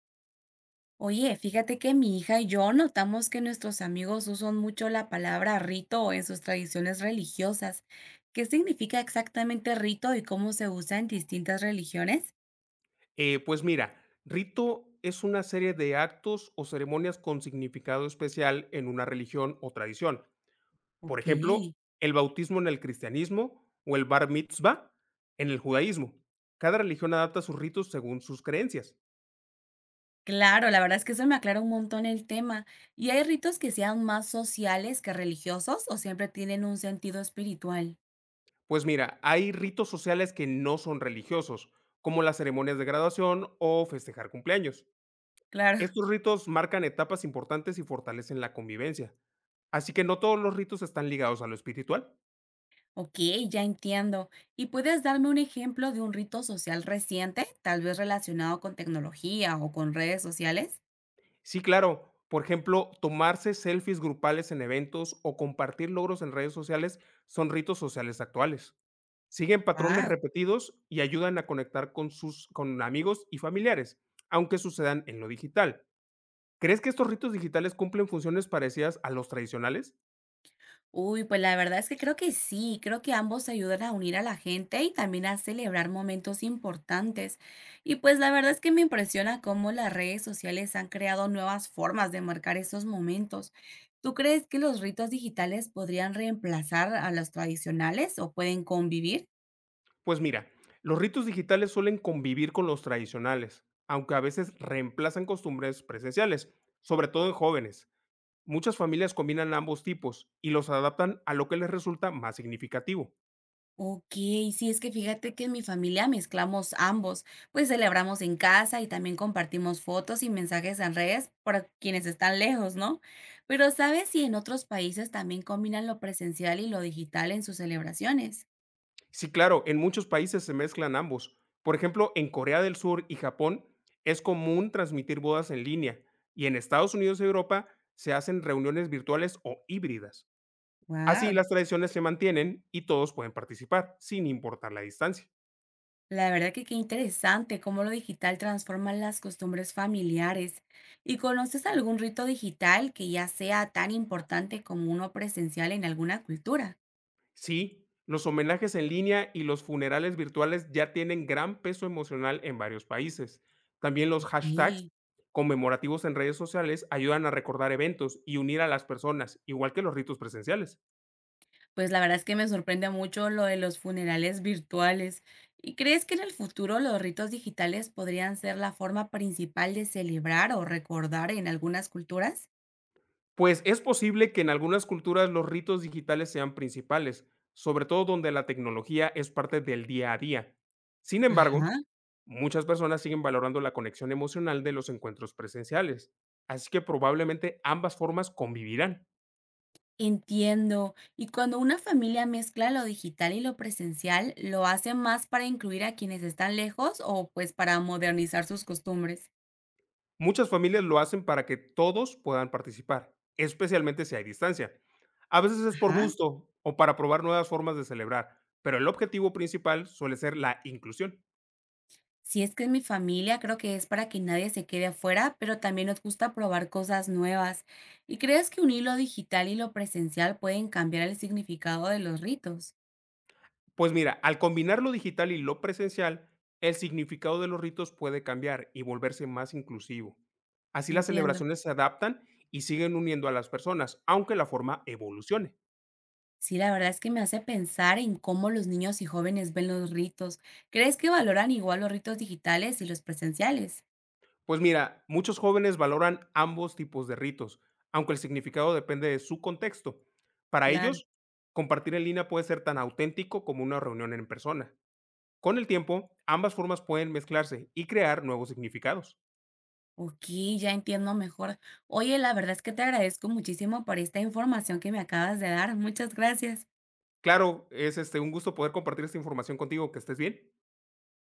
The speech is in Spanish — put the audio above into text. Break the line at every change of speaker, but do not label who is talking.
Oye, fíjate que mi hija y yo notamos que nuestros amigos usan mucho la palabra rito en sus tradiciones religiosas. ¿Qué significa exactamente rito y cómo se usa en distintas religiones?
Pues mira, rito es una serie de actos o ceremonias con significado especial en una religión o tradición. Por
Ok.
ejemplo, el bautismo en el cristianismo o el bar mitzvah en el judaísmo. Cada religión adapta sus ritos según sus creencias.
Claro, la verdad es que eso me aclara un montón el tema. ¿Y hay ritos que sean más sociales que religiosos o siempre tienen un sentido espiritual?
Pues mira, hay ritos sociales que no son religiosos, como las ceremonias de graduación o festejar cumpleaños.
Claro.
Estos ritos marcan etapas importantes y fortalecen la convivencia. Así que no todos los ritos están ligados a lo espiritual.
Ok, ya entiendo. ¿Y puedes darme un ejemplo de un rito social reciente, tal vez relacionado con tecnología o con redes sociales?
Sí, claro. Por ejemplo, tomarse selfies grupales en eventos o compartir logros en redes sociales son ritos sociales actuales. Siguen patrones
Wow.
repetidos y ayudan a conectar con amigos y familiares, aunque sucedan en lo digital. ¿Crees que estos ritos digitales cumplen funciones parecidas a los tradicionales?
Uy, pues la verdad es que creo que sí, creo que ambos ayudan a unir a la gente y también a celebrar momentos importantes. Y pues la verdad es que me impresiona cómo las redes sociales han creado nuevas formas de marcar esos momentos. ¿Tú crees que los ritos digitales podrían reemplazar a los tradicionales o pueden convivir?
Pues mira, los ritos digitales suelen convivir con los tradicionales, aunque a veces reemplazan costumbres presenciales, sobre todo en jóvenes. Muchas familias combinan ambos tipos y los adaptan a lo que les resulta más significativo.
Ok, sí, es que fíjate que en mi familia mezclamos ambos, pues celebramos en casa y también compartimos fotos y mensajes en redes para quienes están lejos, ¿no? Pero ¿sabes si en otros países también combinan lo presencial y lo digital en sus celebraciones?
Sí, claro, en muchos países se mezclan ambos. Por ejemplo, en Corea del Sur y Japón es común transmitir bodas en línea y en Estados Unidos y Europa se hacen reuniones virtuales o híbridas.
Wow,
Así las tradiciones se mantienen y todos pueden participar, sin importar la distancia.
la verdad que qué interesante cómo lo digital transforma las costumbres familiares. ¿Y conoces algún rito digital que ya sea tan importante como uno presencial en alguna cultura?
Sí, los homenajes en línea y los funerales virtuales ya tienen gran peso emocional en varios países. También los hashtags
Ok.
conmemorativos en redes sociales ayudan a recordar eventos y unir a las personas, igual que los ritos presenciales.
Pues la verdad es que me sorprende mucho lo de los funerales virtuales. ¿Y crees que en el futuro los ritos digitales podrían ser la forma principal de celebrar o recordar en algunas culturas?
Pues es posible que en algunas culturas los ritos digitales sean principales, sobre todo donde la tecnología es parte del día a día. Sin embargo,
Ajá.
muchas personas siguen valorando la conexión emocional de los encuentros presenciales, así que probablemente ambas formas convivirán.
Entiendo. Y cuando una familia mezcla lo digital y lo presencial, ¿lo hace más para incluir a quienes están lejos o pues para modernizar sus costumbres?
Muchas familias lo hacen para que todos puedan participar, especialmente si hay distancia. A veces es por
Ajá.
gusto o para probar nuevas formas de celebrar, pero el objetivo principal suele ser la inclusión.
Si es que en mi familia creo que es para que nadie se quede afuera, pero también nos gusta probar cosas nuevas. ¿Y crees que unir lo digital y lo presencial pueden cambiar el significado de los ritos?
Pues mira, al combinar lo digital y lo presencial, el significado de los ritos puede cambiar y volverse más inclusivo. Así las
Entiendo.
celebraciones se adaptan y siguen uniendo a las personas, aunque la forma evolucione.
Sí, la verdad es que me hace pensar en cómo los niños y jóvenes ven los ritos. ¿Crees que valoran igual los ritos digitales y los presenciales?
Pues mira, muchos jóvenes valoran ambos tipos de ritos, aunque el significado depende de su contexto. Para
Claro.
ellos, compartir en línea puede ser tan auténtico como una reunión en persona. Con el tiempo, ambas formas pueden mezclarse y crear nuevos significados.
Ok, ya entiendo mejor. Oye, la verdad es que te agradezco muchísimo por esta información que me acabas de dar. Muchas gracias.
Claro, es este un gusto poder compartir esta información contigo, que estés bien.